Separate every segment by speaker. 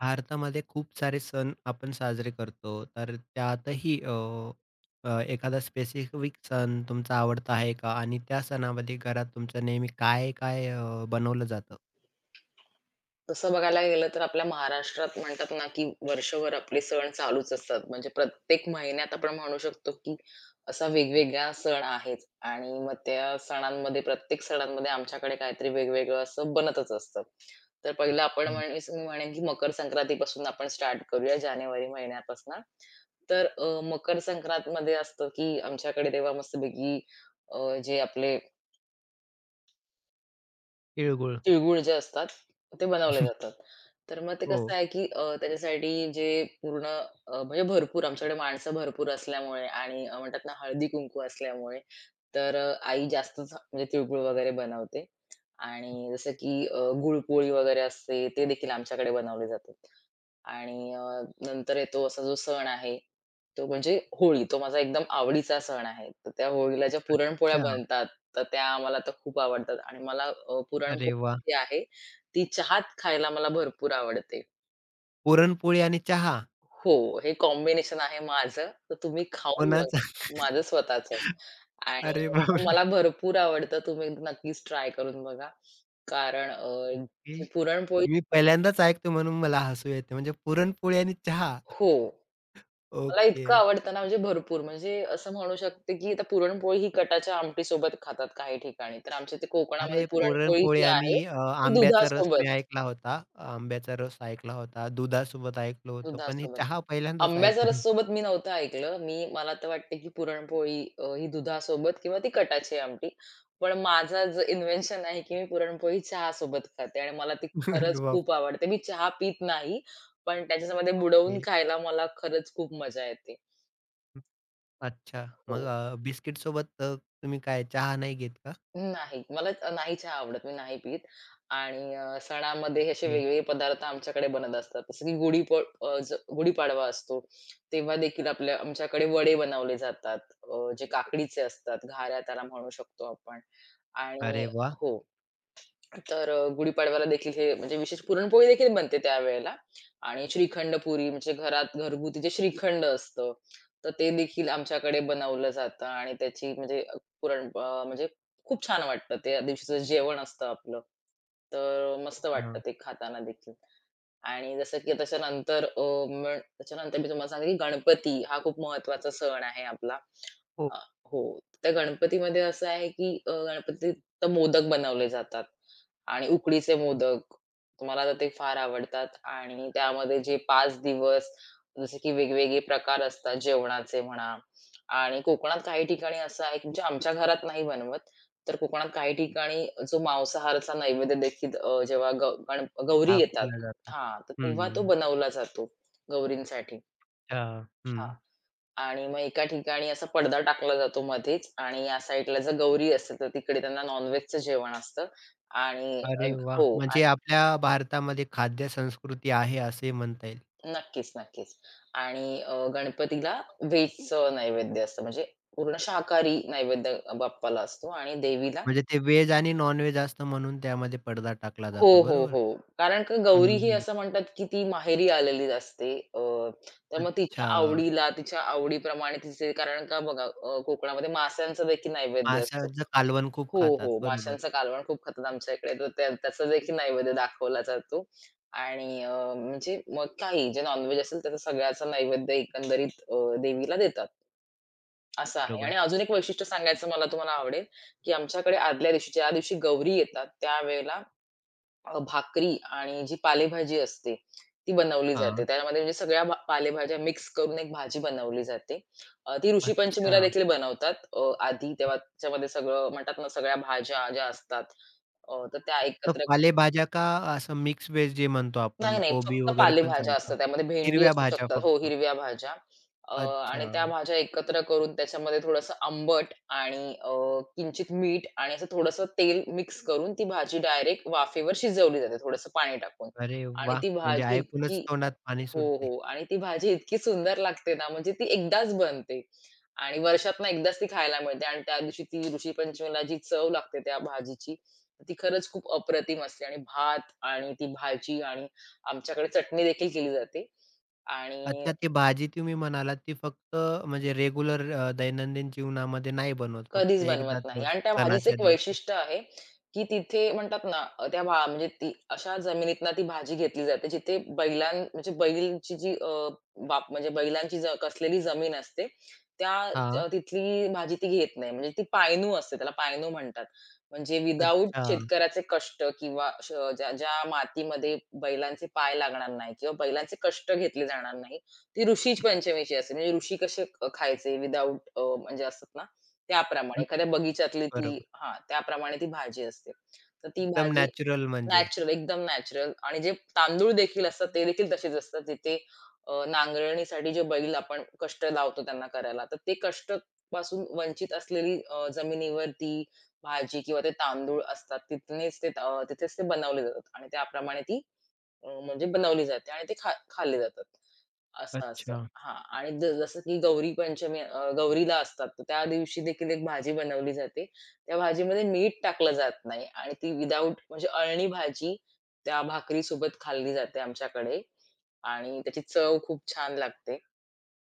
Speaker 1: भारतामध्ये खूप सारे सण आपण साजरे करतो. तर त्यातही अ, अ, एखादा स्पेसिफिक सण तुमचा आवडता आहे का? आणि त्या सणामध्ये घरात तुमच्या नेहमी काय-काय बनवलं जातं?
Speaker 2: तसं बघायला गेलं तर आपल्या महाराष्ट्रात म्हणतात ना, की वर्षभर आपले सण चालूच असतात. म्हणजे प्रत्येक महिन्यात आपण म्हणू शकतो, की असा वेगवेगळा सण आहेच आणि मग त्या सणांमध्ये प्रत्येक सणांमध्ये आमच्याकडे काहीतरी वेगवेगळं असं बनतच असतं. तर पहिलं आपण
Speaker 1: हं,
Speaker 2: म्हणेस मी म्हणेन, की मकर संक्रांतीपासून आपण स्टार्ट करूया जानेवारी महिन्यापासनं. तर मकर संक्रांतमध्ये असतं, की आमच्याकडे तेव्हा मस्तपैकी अ, जे आपले
Speaker 1: तिळगुळ.
Speaker 2: तिळगुळ जे असतात, ते बनवले जातात. तर मग ते कसं
Speaker 1: हो,
Speaker 2: आहे, की त्याच्यासाठी जे पूर्ण म्हणजे भरपूर आमच्याकडे माणसं भरपूर असल्यामुळे आणि म्हणतात ना हळदी-कुंकू असल्यामुळे, तर आई जास्तच म्हणजे तिळगुळ वगैरे बनवते आणि जसं की गुळपोळी वगैरे असते, ते देखील आमच्याकडे बनवले जाते. आणि नंतर येतो असा जो सण आहे, तो म्हणजे होळी. तो माझा एकदम आवडीचा सण आहे. तर त्या होळीला ज्या पुरणपोळ्या
Speaker 1: अच्छा.
Speaker 2: बनतात, तर त्या मला तर खूप आवडतात आणि मला
Speaker 1: अरे
Speaker 2: पुरणपोळी
Speaker 1: वाह!
Speaker 2: जी आहे, ती चहात खायला मला भरपूर आवडते.
Speaker 1: पुरणपोळी आणि चहा
Speaker 2: हो, हे कॉम्बिनेशन आहे माझं. तर तुम्ही खाऊन
Speaker 1: कोणाचा?
Speaker 2: बघा. माझं स्वतःचं
Speaker 1: अरे
Speaker 2: आणि
Speaker 1: बापरे!
Speaker 2: मला भरपूर आवडतं. तुम्ही नक्कीच ट्राय करून बघा. कारण
Speaker 1: ओके.
Speaker 2: जी पुरणपोळी
Speaker 1: मी पहिल्यांदाच ऐकतो म्हणून मला हसू येते. म्हणजे पुरणपोळी आणि चहा.
Speaker 2: हो. मला
Speaker 1: ओके.
Speaker 2: इतकं आवडतं ना, म्हणजे भरपूर. म्हणजे असं म्हणू शकते, की आता पुरणपोळी ही कटाच्या आमटीसोबत खातात काही ठिकाणी. तर आमच्या इथे कोकणामध्ये
Speaker 1: अरे,
Speaker 2: पुरणपोळी
Speaker 1: पुरणपोळी
Speaker 2: जी
Speaker 1: आणि
Speaker 2: आहे,
Speaker 1: अ,
Speaker 2: ती
Speaker 1: आंब्याचा रस
Speaker 2: दुधासोबत
Speaker 1: मी ऐकला होता. आंब्याचा रस ऐकला होता. दुधासोबत ऐकलं होतं. पण हे
Speaker 2: दुधासोबत.
Speaker 1: चहा पहिल्यांदाच
Speaker 2: आंब्याच्या
Speaker 1: ऐकतोय.
Speaker 2: रससोबत मी नव्हतं ऐकलं. मी मला तर वाटते, की पुरणपोळी ही दुधासोबत किंवा ती कटाची आमटी. पण माझं जे इन्व्हेन्शन आहे, की मी पुरणपोळी चहासोबत खाते आणि मला ती
Speaker 1: अरे
Speaker 2: खरंच
Speaker 1: बाप!
Speaker 2: खूप आवडते. मी चहा पीत नाही, पण त्याच्यामध्ये
Speaker 1: ओके.
Speaker 2: बुडवून खायला मला खरंच खूप मजा येते.
Speaker 1: अच्छा. मग
Speaker 2: हो.
Speaker 1: अ, बिस्किटसोबत अ, तुम्ही काय चहा नाही घेत का?
Speaker 2: नाही. मला त- नाही चहा आवडत. मी नाही पीत आणि सणामध्ये हे असे
Speaker 1: ओके.
Speaker 2: वेगवेगळे पदार्थ आमच्याकडे बनत असतात. जसं की गुढी प अ, ज गुढीपाडवा असतो, तेव्हा देखील आपल्या आमच्याकडे वडे बनवले जातात. जे काकडीचे असतात, घाऱ्या त्याला म्हणू शकतो आपण आणि
Speaker 1: अरे वाह!
Speaker 2: हो. तर गुढीपाडव्याला देखील हे म्हणजे विशेष पुरणपोळी देखील बनते त्यावेळेला आणि श्रीखंड पुरी म्हणजे घरात घरगुती जे श्रीखंड असतं, तर ते देखील आमच्याकडे बनवलं जातं आणि त्याची म्हणजे पुरण म्हणजे खूप छान वाटतं. त्या दिवशीचं जेवण असतं आपलं, तर मस्त वाटतं
Speaker 1: हां.
Speaker 2: ते खाताना देखील. आणि जसं की त्याच्यानंतर अ, मग त्याच्यानंतर मी तुम्हाला सांगेन की गणपती हा खूप महत्त्वाचा सण आहे आपला.
Speaker 1: हो,
Speaker 2: अ, हो. त्या गणपतीमध्ये असं आहे की गणपतीत तर मोदक बनवले जातात आणि उकडीचे मोदक. मला तर ते फार आवडतात आणि त्यामध्ये जे 5 दिवस जसे की वेगवेगळे प्रकार असतात जेवणाचे म्हणा आणि कोकणात काही ठिकाणी असं आहे, की म्हणजे आमच्या घरात नाही बनवत. तर कोकणात काही ठिकाणी जो मांसाहाराचा नैवेद्य देखील जेव्हा ग गण गौरी येतात
Speaker 1: दाखवला जातो.
Speaker 2: हां, तर तेव्हा तो
Speaker 1: हं.
Speaker 2: बनवला जातो गौरींसाठी.
Speaker 1: अच्छा. हं.
Speaker 2: हां. आणि मग एका ठिकाणी असा पडदा टाकला जातो मध्येच आणि या साइडला जर गौरी असते, तर तिकडे त्यांना नॉन जेवण असतं आणि
Speaker 1: अरे वाह!
Speaker 2: हो
Speaker 1: म्हणजे आपल्या भारतामध्ये खाद्य संस्कृती आहे असे म्हणता येईल.
Speaker 2: आणि नक्कीच, नक्कीच. आणि गणपतीला व्हेजचं नैवेद्य असतं, म्हणजे पूर्ण शाकाहारी नैवेद्य बाप्पाला असतो आणि देवीला
Speaker 1: म्हणजे ते व्हेज आणि नॉन-व्हेज असतं म्हणून त्यामध्ये पडदा टाकला
Speaker 2: हो,
Speaker 1: जातो.
Speaker 2: हो,
Speaker 1: बरोबर?
Speaker 2: हो. कारण का
Speaker 1: हं,
Speaker 2: गौरी ही
Speaker 1: हं.
Speaker 2: असं म्हणतात, की ती माहेरी आलेली असते. त्यामुळे तिच्या
Speaker 1: अच्छा.
Speaker 2: आवडीला, तिच्या आवडीप्रमाणे तिचे कारण का बघा कोकणामध्ये माशांचा देखील नैवेद्य असतो.
Speaker 1: माशाचं कालवण खूप
Speaker 2: हो,
Speaker 1: खातात.
Speaker 2: हो.
Speaker 1: बरोबर,
Speaker 2: माशांचं कालवण खूप खातात आमच्या इकडे. तर त्या त्याचा देखील नैवेद्य दाखवला जातो आणि म्हणजे मग काही जे नॉन-व्हेज असेल त्याचा सगळ्याचा नैवेद्य एकंदरीत देवीला देतात. असं आहे आणि
Speaker 1: बरोबर.
Speaker 2: अजून एक वैशिष्ट्य सांगायचं मला तुम्हाला आवडेल, की आमच्याकडे आदल्या दिवशी, ज्या दिवशी गौरी येतात त्यावेळेला भाकरी आणि जी पालेभाजी असते, ती बनवली जाते.
Speaker 1: हां.
Speaker 2: त्यामध्ये म्हणजे सगळ्या पालेभाज्या मिक्स करून एक भाजी बनवली जाते. ती ऋषी
Speaker 1: अच्छा.
Speaker 2: पंचमीला देखील बनवतात. आधी तेव्हा त्याच्यामध्ये सगळं म्हणतात ना, सगळ्या भाज्या ज्या असतात, तर त्या
Speaker 1: तर
Speaker 2: एकत्र
Speaker 1: पालेभाज्या का असं मिक्स व्हेज जे म्हणतो
Speaker 2: नाही,
Speaker 1: आपण
Speaker 2: नाही.
Speaker 1: कोबी
Speaker 2: फक्त
Speaker 1: वगैरे पण
Speaker 2: पालेभाज्या
Speaker 1: चालतं?
Speaker 2: असतात त्यामध्ये भेंडी
Speaker 1: हिरव्या
Speaker 2: असू
Speaker 1: भाज्या
Speaker 2: शकतात हो,
Speaker 1: फक्त.
Speaker 2: हिरव्या भाज्या. अ,
Speaker 1: अच्छा.
Speaker 2: आणि त्या भाज्या एकत्र करून त्याच्यामध्ये थोडंसं आंबट आणि किंचित मीठ आणि असं थोडंसं तेल मिक्स करून ती भाजी डायरेक्ट वाफेवर शिजवली जाते थोडंसं पाणी टाकून
Speaker 1: अरे
Speaker 2: आणि
Speaker 1: वाह!
Speaker 2: ती
Speaker 1: म्हणजे
Speaker 2: भाजी
Speaker 1: ऐकूनच
Speaker 2: इतकी
Speaker 1: तोंडात पाणी
Speaker 2: हो,
Speaker 1: सुटते.
Speaker 2: हो. आणि ती भाजी इतकी सुंदर लागते ना, म्हणजे ती एकदाच बनते आणि वर्षातनं एकदाच ती खायला मिळते आणि त्या दिवशी ती ऋषीपंचमीला जी चव लागते त्या भाजीची, ती खरंच खूप अप्रतिम असते आणि भात आणि ती भाजी आणि आमच्याकडे चटणी देखील केली जाते आणि
Speaker 1: अच्छा, ती भाजी तुम्ही म्हणालात ती फक्त म्हणजे रेग्युलर दैनंदिन जीवनामध्ये नाही बनवत.
Speaker 2: कधीच
Speaker 1: फक्त
Speaker 2: बनवत
Speaker 1: एकदाच
Speaker 2: नाही
Speaker 1: वर्ष
Speaker 2: आणि त्या भाजीचं
Speaker 1: सणाच्या
Speaker 2: एक
Speaker 1: दिवशी.
Speaker 2: वैशिष्ट्य आहे, की तिथे म्हणतात ना त्या म्हणजे ती अशा जमिनीतनं ती भाजी घेतली जाते जिथे बैलां म्हणजे बैलची जी बाप म्हणजे बैलांची ज कसलेली जमीन असते, त्या
Speaker 1: हां.
Speaker 2: तिथली भाजी ती घेत नाही. म्हणजे ती पायनू असते, त्याला पायनू म्हणतात. म्हणजे विदाऊट
Speaker 1: अच्छा.
Speaker 2: शेतकऱ्याचे कष्ट किंवा श ज्या ज्या मातीमध्ये बैलांचे पाय लागणार नाही किंवा बैलांचे कष्ट घेतले जाणार नाही, ती ऋषी पंचमीची असते. म्हणजे ऋषी कसे खायचे विदाऊट म्हणजे असतात ना, त्याप्रमाणे
Speaker 1: हं,
Speaker 2: एखाद्या बगीच्यातली ती
Speaker 1: बरोबर.
Speaker 2: हां, त्याप्रमाणे ती भाजी असते. तर ती
Speaker 1: एकदम
Speaker 2: भाजी
Speaker 1: नॅचरल म्हणजे.
Speaker 2: नॅचरल, एकदम नॅचरल आणि जे तांदूळ देखील असतात ते देखील तसेच असतात. तिथे नांगरणीसाठी जे बैल आपण कष्ट लावतो त्यांना करायला, तर ते कष्ट पासून वंचित असलेली जमिनीवर ती भाजी किंवा ते तांदूळ असतात. तिथनेच ते तिथेच ते बनवले जातात आणि त्याप्रमाणे ती म्हणजे बनवली जाते आणि ते खा खाल्ले जातात. असं, असं.
Speaker 1: अच्छा.
Speaker 2: हां आणि ज जसं की गौरीला असतात, तर त्या दिवशी देखील एक भाजी बनवली जाते. त्या भाजीमध्ये मीठ टाकलं जात नाही आणि ती विदाऊट म्हणजे अळणी भाजी त्या भाकरीसोबत खाल्ली जाते आमच्याकडे आणि त्याची चव खूप छान लागते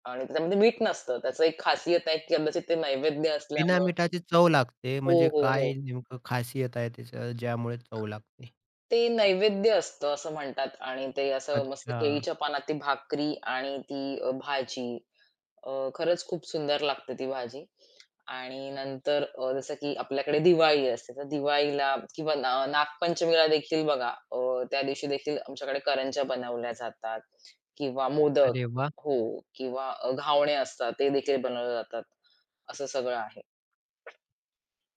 Speaker 2: आणि त्याच्यामध्ये मीठ नसतं. त्याचं एक खासियत आहे की कदाचित ते नैवेद्य
Speaker 1: बिना
Speaker 2: असल्यामुळे
Speaker 1: मिठाची चव लागते,
Speaker 2: हो,
Speaker 1: म्हणजे
Speaker 2: हो,
Speaker 1: काय
Speaker 2: हो.
Speaker 1: नेमकं खासियत आहे त्याच्या ज्यामुळे चव लागते?
Speaker 2: ते नैवेद्य असतं असं म्हणतात आणि ते असं मस्त
Speaker 1: अच्छा.
Speaker 2: केळीच्या पानात ती भाकरी आणि ती भाजी खरंच खूप सुंदर लागते ती भाजी. आणि नंतर जसं की आपल्याकडे दिवाळी असते, तर दिवाळीला किंवा ना नागपंचमीला देखील बघा त्या दिवशी देखील आमच्याकडे करंज्या बनवल्या जातात किंवा मोदक
Speaker 1: अरे वाह!
Speaker 2: हो किंवा घावणे असतात, ते देखील बनवले जातात. असं सगळं आहे.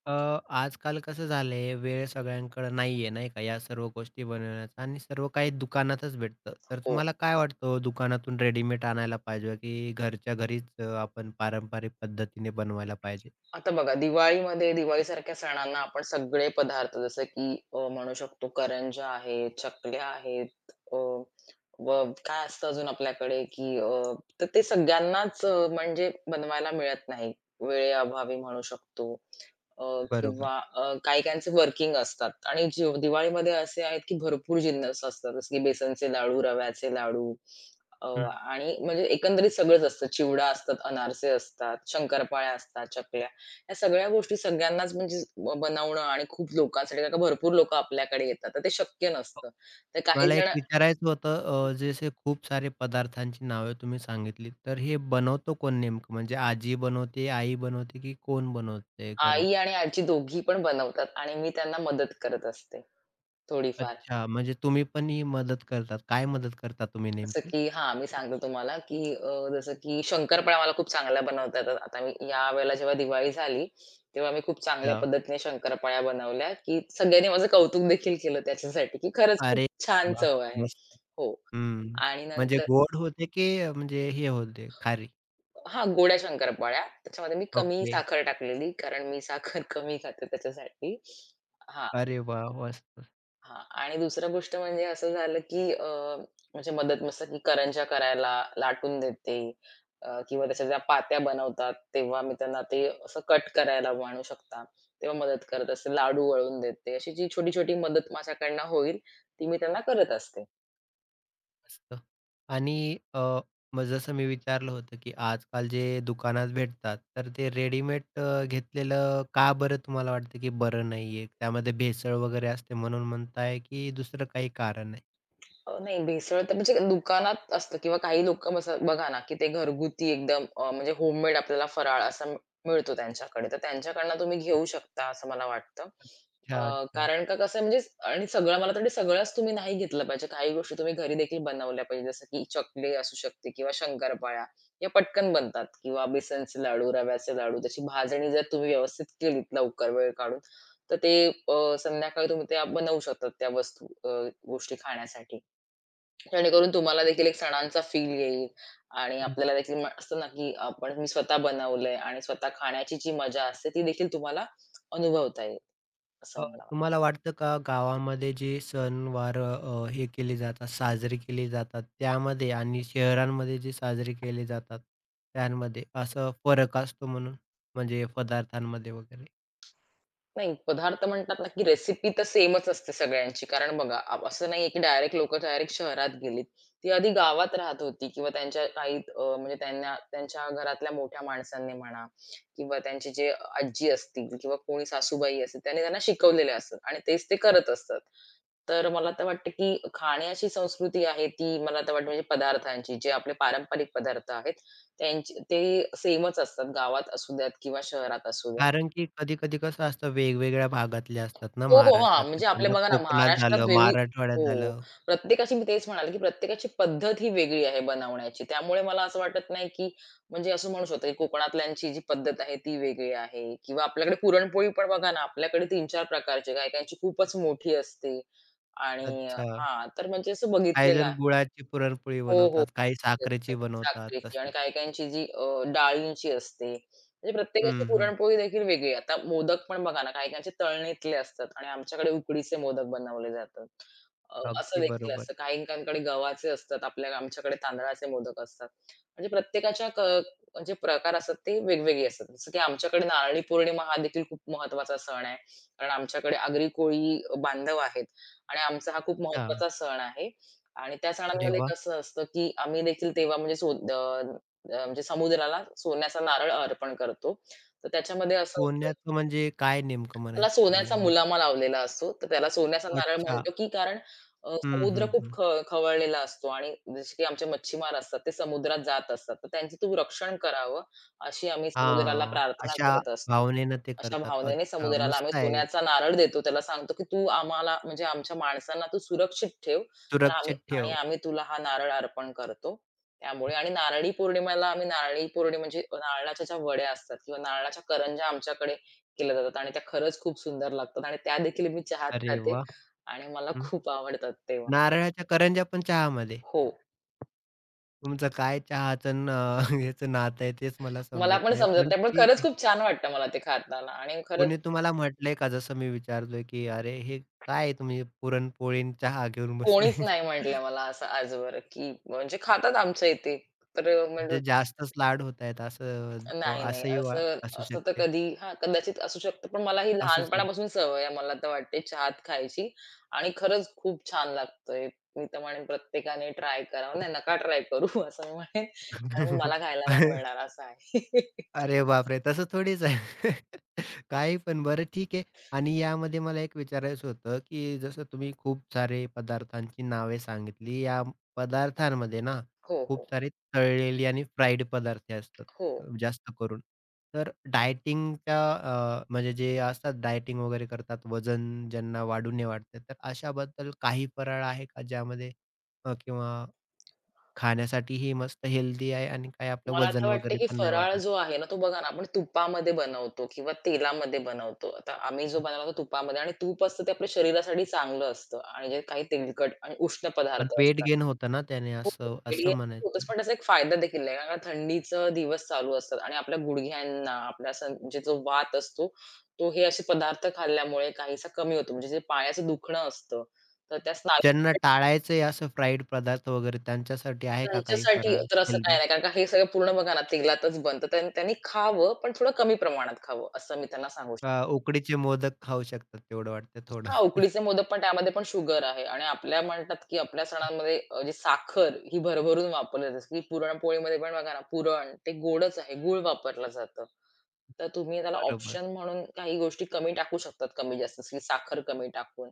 Speaker 1: अ, आजकाल कसं झालंय, वेळ सगळ्यांकडे नाहीये, नाही का, या सर्व गोष्टी बनवण्याचा आणि सर्व काही दुकानातच भेटतं. तर
Speaker 2: हो.
Speaker 1: तुम्हाला काय वाटतं हो, दुकानातून रेडीमेड आणायला पाहिजे की घरच्या घरीच आपण पारंपरिक पद्धतीने बनवायला पाहिजे?
Speaker 2: आता बघा दिवाळीमध्ये दिवाळीसारख्या सणांना आपण सगळे पदार्थ जसं की म्हणू शकतो करंज्या आहेत, चकल्या आहेत व काय असतं अजून आपल्याकडे की तर ते सगळ्यांनाच म्हणजे बनवायला मिळत नाही. वेळेअभावी म्हणू शकतो अ,
Speaker 1: बरोबर.
Speaker 2: किंवा काही-काहींचे वर्किंग असतात आणि जी दिवाळीमध्ये असे आहेत की भरपूर जिन्नस असतात. जसं की बेसनचे लाडू, रव्याचे लाडू अ, आणि म्हणजे एकंदरीत सगळंच असतं. चिवडा असतात, अनारसे असतात, शंकरपाळ्या असतात, ह्या सगळ्या गोष्टी सगळ्यांनाच म्हणजे ब बनवणं आणि खूप लोकांसाठी कारण का भरपूर लोकं आपल्याकडे येतात, तर ते शक्य नसतं. तर काही
Speaker 1: मला एक
Speaker 2: जण
Speaker 1: विचारायचं होतं अ, जसे खूप सारे पदार्थांची नावे तुम्ही सांगितलीत, तर हे बनवतो कोण नेमकं? म्हणजे आजी बनवते, आई बनवते, की कोण बनवते घरी?
Speaker 2: आई आणि आजी दोघी पण बनवतात आणि मी त्यांना मदत करत असते थोडीफार.
Speaker 1: अच्छा, म्हणजे तुम्ही पण ही मदत करतात. काय मदत करता तुम्ही
Speaker 2: जसं
Speaker 1: नेमकी?
Speaker 2: की हां, मी सांगते तुम्हाला, की जसं की शंकरपाळ्या मला खूप चांगल्या बनवता येतात. आता मी यावेळेला जेव्हा दिवाळी झाली, तेव्हा मी खूप चांगल्या
Speaker 1: अच्छा.
Speaker 2: पद्धतीने शंकरपाळ्या बनवल्या, की सगळ्यांनी माझं कौतुक देखील केलं त्याच्यासाठी, की खरंच खूप
Speaker 1: अरे
Speaker 2: छान
Speaker 1: वाह!
Speaker 2: चव आहे.
Speaker 1: मस्त.
Speaker 2: हो
Speaker 1: हं.
Speaker 2: आणि
Speaker 1: म्हणजे
Speaker 2: नंतर
Speaker 1: गोड होते, की म्हणजे हे होते, खारी?
Speaker 2: हां, गोड्या शंकरपाळ्या. त्याच्यामध्ये मी कमी
Speaker 1: ओके.
Speaker 2: साखर टाकलेली, कारण मी साखर कमी खाते त्याच्यासाठी. हां,
Speaker 1: अरे वाह! मस्त.
Speaker 2: हां. आणि दुसरं गोष्ट म्हणजे असं झालं, की म्हणजे मदत मस्त की करंज्या करायला लाटून देते किंवा त्याच्या ज्या पात्या बनवतात, तेव्हा मी त्यांना ते असं कट करायला म्हणू शकता, तेव्हा मदत करत असते. लाडू वळून देते. अशी जी छोटी-छोटी मदत माझ्याकडनं होईल, ती मी त्यांना करत असते.
Speaker 1: मस्त. आणि अ, मग जसं मी विचारलं होतं, की आजकाल जे दुकानात भेटतात, तर ते रेडीमेड घेतलेलं का बरं तुम्हाला वाटतं, की बरं नाहीये? त्यामध्ये भेसळ वगैरे असते म्हणून म्हणताय, की दुसरं काही कारण आहे?
Speaker 2: नाही भेसळ तर म्हणजे दुकानात असतं किंवा काही लोकं असं बघा ना, की ते घरगुती एकदम म्हणजे होममेड आपल्याला फराळ असा मिळतो त्यांच्याकडे. तर त्यांच्याकडनं तुम्ही घेऊ शकता असं मला वाटतं.
Speaker 1: अच्छा, अच्छा.
Speaker 2: कारण का कसं आहे म्हणजे आणि सगळं मला तर वाटतं सगळंच तुम्ही नाही घेतलं पाहिजे. काही गोष्टी तुम्ही घरी देखील बनवल्या पाहिजे. जसं की चकली असू शकते किंवा शंकरपाळ्या या पटकन बनतात किंवा बेसनचे लाडू, रव्याचे लाडू त्याची भाजणी जर तुम्ही व्यवस्थित केलीत लवकर वेळ काढून, तर ते संध्याकाळी तुम्ही त्या बनवू शकतात त्या वस्तू गोष्टी खाण्यासाठी. जेणेकरून तुम्हाला देखील एक सणांचा फील येईल आणि
Speaker 1: हं.
Speaker 2: आपल्याला देखील म असतं ना, की आपण मी स्वतः बनवलंय आणि स्वतः खाण्याची जी मजा असते ती देखील तुम्हाला अनुभवता येईल, असं
Speaker 1: अ,
Speaker 2: मला
Speaker 1: तुम्हाला वाटतं का गावामध्ये जे सणवार हे केले जातात, साजरे केले जातात, त्यामध्ये आणि शहरांमध्ये जे साजरे केले जातात, त्यांमध्ये असं फरक असतो म्हणून? म्हणजे पदार्थांमध्ये वगैरे?
Speaker 2: नाही, पदार्थ म्हणतात ना, की रेसिपी तर सेमच असते सगळ्यांची. कारण बघा, आप असं नाहीये, की डायरेक्ट लोकं डायरेक्ट शहरात गेलीत. ती आधी गावात राहत होती किंवा त्यांच्या काही म्हणजे त्यांना त्यांच्या घरातल्या मोठ्या माणसांनी म्हणा किंवा त्यांचे जे आजी असतील किंवा कोणी सासूबाई असतील, त्यांनी त्यांना शिकवलेले असतात आणि तेच ते करत असतात. तर मला तर वाटतं, की खाण्याची संस्कृती आहे ती मला तर वाटतं म्हणजे पदार्थांची, जे आपले पारंपरिक पदार्थ आहेत, त्यांची ते सेमच असतात. गावात असू द्यात किंवा शहरात असू द्यात.
Speaker 1: कारण की कधी-कधी कसं असतं वेगवेगळ्या भागातले असतात ना
Speaker 2: हो, हो. हां,
Speaker 1: महाराष्ट्रातले.
Speaker 2: म्हणजे आपल्या
Speaker 1: समजा
Speaker 2: बघा ना
Speaker 1: कोकणात
Speaker 2: महाराष्ट्रात
Speaker 1: झालं,
Speaker 2: वेगळी
Speaker 1: मराठवाड्यात
Speaker 2: हो.
Speaker 1: झालं.
Speaker 2: प्रत्येकाची मी तेच म्हणाले, की प्रत्येकाची पद्धत ही वेगळी आहे बनवण्याची. त्यामुळे मला असं वाटत नाही, की म्हणजे असं म्हणू शकतो, की कोकणातल्यांची जी पद्धत आहे ती वेगळी आहे किंवा आपल्याकडे पुरणपोळी पण बघा ना, आपल्याकडे 3-4 प्रकारची, काही-काहींची खूपच मोठी असते आणि
Speaker 1: अच्छा.
Speaker 2: हां, तर म्हणजे असं
Speaker 1: काही
Speaker 2: बघितलेलं
Speaker 1: जण
Speaker 2: आहे.
Speaker 1: गुळाची पुरणपोळी
Speaker 2: हो, हो.
Speaker 1: बनवतात, काही
Speaker 2: असते
Speaker 1: साखरेची बनवतात
Speaker 2: साखरेची आणि
Speaker 1: तसं.
Speaker 2: काही-काहींची जी डाळींची असते. म्हणजे प्रत्येकाची
Speaker 1: हं, हं.
Speaker 2: पुरणपोळी देखील वेगळी. आता मोदक पण बघा ना, काही-काहींचे तळणीतले असतात आणि आमच्याकडे उकडीचे मोदक बनवले जातात. असं
Speaker 1: अगदी
Speaker 2: देखील
Speaker 1: बरोबर.
Speaker 2: असतं. काही-काहींकडे गव्हाचे असतात, आपल्या आमच्याकडे तांदळाचे मोदक असतात. म्हणजे प्रत्येकाच्या क म्हणजे प्रकार असतात ते वेगवेगळे असतात. जसं की आमच्याकडे नारळी पौर्णिमा हा देखील खूप महत्त्वाचा सण आहे. कारण आमच्याकडे आगरी कोळी बांधव आहेत आणि आमचा हा खूप
Speaker 1: हां.
Speaker 2: महत्त्वाचा सण आहे. आणि त्या
Speaker 1: अरे
Speaker 2: सणांमध्ये
Speaker 1: वाह!
Speaker 2: कसं असतं, की आम्ही देखील तेव्हा म्हणजे म्हणजे समुद्राला सोन्याचा नारळ अर्पण करतो. तर त्याच्यामध्ये असं असतं,
Speaker 1: पुण्याचं म्हणजे काय नेमकं
Speaker 2: त्याला
Speaker 1: म्हणायचं
Speaker 2: सोन्याचा
Speaker 1: तुम्हाला?
Speaker 2: मुलामा लावलेला असतो. तर त्याला सोन्याचा नारळ
Speaker 1: अच्छा.
Speaker 2: म्हणतो, की कारण
Speaker 1: हं,
Speaker 2: समुद्र
Speaker 1: हं,
Speaker 2: खूप
Speaker 1: हं.
Speaker 2: खवळलेला असतो आणि जसे की आमचे मच्छीमार असतात, ते समुद्रात जात असतात. तर त्यांचं तू रक्षण करावं, अशी आम्ही समुद्राला
Speaker 1: हां.
Speaker 2: प्रार्थना
Speaker 1: अशा
Speaker 2: करत असतो.
Speaker 1: भावनेनं ते
Speaker 2: अशा
Speaker 1: करतात.
Speaker 2: भावनेने
Speaker 1: अच्छा,
Speaker 2: समुद्राला
Speaker 1: मस्त
Speaker 2: आम्ही
Speaker 1: आहे.
Speaker 2: सोन्याचा नारळ देतो. त्याला सांगतो, की "तू आम्हाला म्हणजे आमच्या माणसांना तू सुरक्षित ठेव. तर आम्ही
Speaker 1: सुरक्षित
Speaker 2: आणि
Speaker 1: ठेव.
Speaker 2: आम्ही तुला हा नारळ अर्पण करतो." त्यामुळे आणि नारळी पौर्णिमेला आम्ही नारळी पौर्णिमा म्हणजे नारळाच्या ज्या वड्या असतात किंवा नारळाच्या करंज्या आमच्याकडे केल्या जातात आणि त्या खरंच खूप सुंदर लागतात आणि त्या देखील मी चहात
Speaker 1: अरे
Speaker 2: खाते
Speaker 1: वाह!
Speaker 2: आणि मला
Speaker 1: हं.
Speaker 2: खूप आवडतात तेव्हा.
Speaker 1: नारळाच्या करंज्या पण चहामध्ये?
Speaker 2: हो.
Speaker 1: तुमचं काय चहाचं अन् ह्याचं नातं आहे तेच मला
Speaker 2: मला
Speaker 1: समजत
Speaker 2: पण
Speaker 1: नाही.
Speaker 2: समजत
Speaker 1: पण
Speaker 2: नाही, पण
Speaker 1: ठीक
Speaker 2: खरंच
Speaker 1: आहे.
Speaker 2: खूप छान वाटतं मला ते खाताना आणि खरंच
Speaker 1: कोणी तुम्हाला म्हटलंय का जसं मी विचारतोय, की "अरे हे काय तुम्ही पुरणपोळी अन् चहा घेऊन बसले?"
Speaker 2: कोणीच नाही म्हटलं मला असं आजवर, की म्हणजे खातात आमच्या इथे. तर म्हणजे
Speaker 1: म्हणजे जास्तच लाड होतायत असं.
Speaker 2: नाही, नाही
Speaker 1: असंही वा
Speaker 2: असं
Speaker 1: असू
Speaker 2: असं तर
Speaker 1: शकते,
Speaker 2: कधी हां, कदाचित असू शकतं. पण मला ही
Speaker 1: असू
Speaker 2: लहानपणापासून
Speaker 1: शकतं.
Speaker 2: सवय आहे मला तर वाटते चहात खायची आणि खरंच खूप छान लागतोय. मी तर म्हणेन प्रत्येकाने ट्राय करावं. नाही नका ट्राय करू असं मी म्हणेन. कारण मला खायला नाही मिळणार असं आहे.
Speaker 1: अरे बापरे! तसं थोडीच आहे. काही पण बरं ठीक आहे. आणि यामध्ये मला एक विचारायचं होतं, की जसं तुम्ही खूप सारे पदार्थांची नावे सांगितली. या पदार्थांमध्ये ना,
Speaker 2: हो,
Speaker 1: खूप
Speaker 2: हो.
Speaker 1: सारे तळलेली आणि फ्राईड पदार्थ असतात
Speaker 2: हो.
Speaker 1: जास्त करून. तर डायटिंगच्या म्हणजे जे असतात डायटिंग वगैरे करतात, वजन ज्यांना वाढू नये वाटतं, तर अशाबद्दल काही फराळ आहे का ज्यामध्ये किंवा खाण्यासाठीही मस्त हेल्दी आहे आणि काही आपलं
Speaker 2: मला आता
Speaker 1: वजन
Speaker 2: वाटतं,
Speaker 1: वगैरे
Speaker 2: की
Speaker 1: पण नाही
Speaker 2: फराळ
Speaker 1: वाढणार?
Speaker 2: जो आहे ना, तो बघा ना आपण तुपामध्ये बनवतो किंवा तेलामध्ये बनवतो. आता आम्ही जो बनवला तो तुपामध्ये आणि तूप असतं ते आपल्या शरीरासाठी चांगलं असतं आणि जे काही तेलकट आणि उष्ण
Speaker 1: पण
Speaker 2: पदार्थ
Speaker 1: वेट
Speaker 2: असतात.
Speaker 1: गेन होतं ना त्याने
Speaker 2: हो,
Speaker 1: असं
Speaker 2: वेडी
Speaker 1: असं म्हणायचं
Speaker 2: होतच
Speaker 1: आहे.
Speaker 2: पण त्याचा एक फायदा देखील आहे. कारण थंडीचं दिवस चालू असतात आणि आपल्या गुडघ्यांना, आपल्या असं म्हणजे जो वात असतो, तो हे असे पदार्थ खाल्ल्यामुळे काहीसा कमी होतो. म्हणजे जे पायाचं दुखणं असतं, तर त्या स्नायू
Speaker 1: ज्यांना टाळायचंय असं फ्राईड पदार्थ वगैरे त्यांच्यासाठी आहे का काही
Speaker 2: त्यांच्यासाठी
Speaker 1: फराळ
Speaker 2: तर असं काही
Speaker 1: हेल्दी?
Speaker 2: नाही. कारण का हे सगळं पूर्ण बघा ना तेलातच बनतं. त्यां त्यांनी खावं, पण थोडं कमी प्रमाणात खावं, असं मी त्यांना सांगू
Speaker 1: अ,
Speaker 2: शकते.
Speaker 1: उकडीचे मोदक खाऊ शकतात तेवढं वाटतं थोडं.
Speaker 2: हां, उकडीचे मोदक पण त्यामध्ये पण शुगर आहे आणि आपल्या म्हणतात, की आपल्या सणांमध्ये जी साखर ही भरभरून वापरली जाते, जसं की पुरणपोळीमध्ये पण बघा ना, पुरण ते गोडच आहे, गूळ वापरलं जातं. तर तुम्ही त्याला
Speaker 1: बरोबर.
Speaker 2: ऑप्शन म्हणून काही गोष्टी कमी टाकू शकतात कमी-जास्त, जसं की साखर कमी टाकून.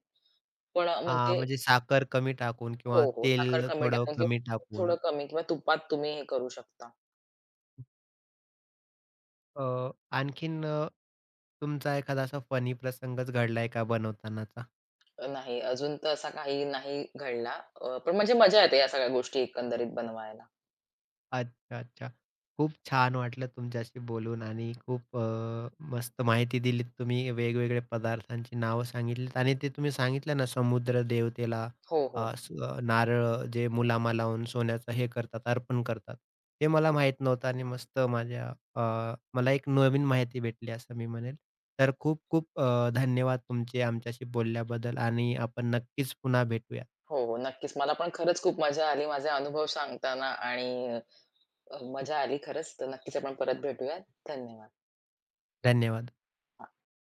Speaker 2: पण
Speaker 1: हां,
Speaker 2: म्हणजे
Speaker 1: म्हणजे साखर कमी टाकून
Speaker 2: हो,
Speaker 1: किंवा
Speaker 2: हो. साखर
Speaker 1: तेल
Speaker 2: कमी
Speaker 1: थोडं
Speaker 2: टाकून
Speaker 1: कमी
Speaker 2: किंवा
Speaker 1: टाकून.
Speaker 2: थोडं कमी किंवा तुपात तुम्ही हे करू शकता.
Speaker 1: अ, आणखीन तुमचा एखादा असा फनी प्रसंगच घडलाय का बनवतानाचा?
Speaker 2: नाही, अजून तर असा काही नाही घडला. पण म्हणजे मजा येते या सगळ्या गोष्टी एकंदरीत बनवायला.
Speaker 1: अच्छा, अच्छा. खूप छान वाटलं तुमच्याशी बोलून आणि खूप मस्त माहिती दिलीत तुम्ही. वेगवेगळ्या पदार्थांची नावं सांगितलीत आणि ते तुम्ही सांगितलं ना समुद्र देवतेला
Speaker 2: हो, हो.
Speaker 1: नारळ जे मुलामा लावून सोन्याचं हे करतात, अर्पण करतात. ते मला माहीत नव्हतं आणि मस्त माझ्या. मला एक नवीन माहिती भेटली असं मी म्हणेल. तर खूप खूप धन्यवाद तुमचे आमच्याशी बोलल्याबद्दल आणि आपण नक्कीच पुन्हा भेटूया.
Speaker 2: हो, हो. नक्कीच. मला पण खरंच खूप मजा आली माझे अनुभव सांगताना आणि मजा आली खरंच. तर नक्कीच आपण परत भेटूयात. धन्यवाद. हां.
Speaker 1: धन्यवाद.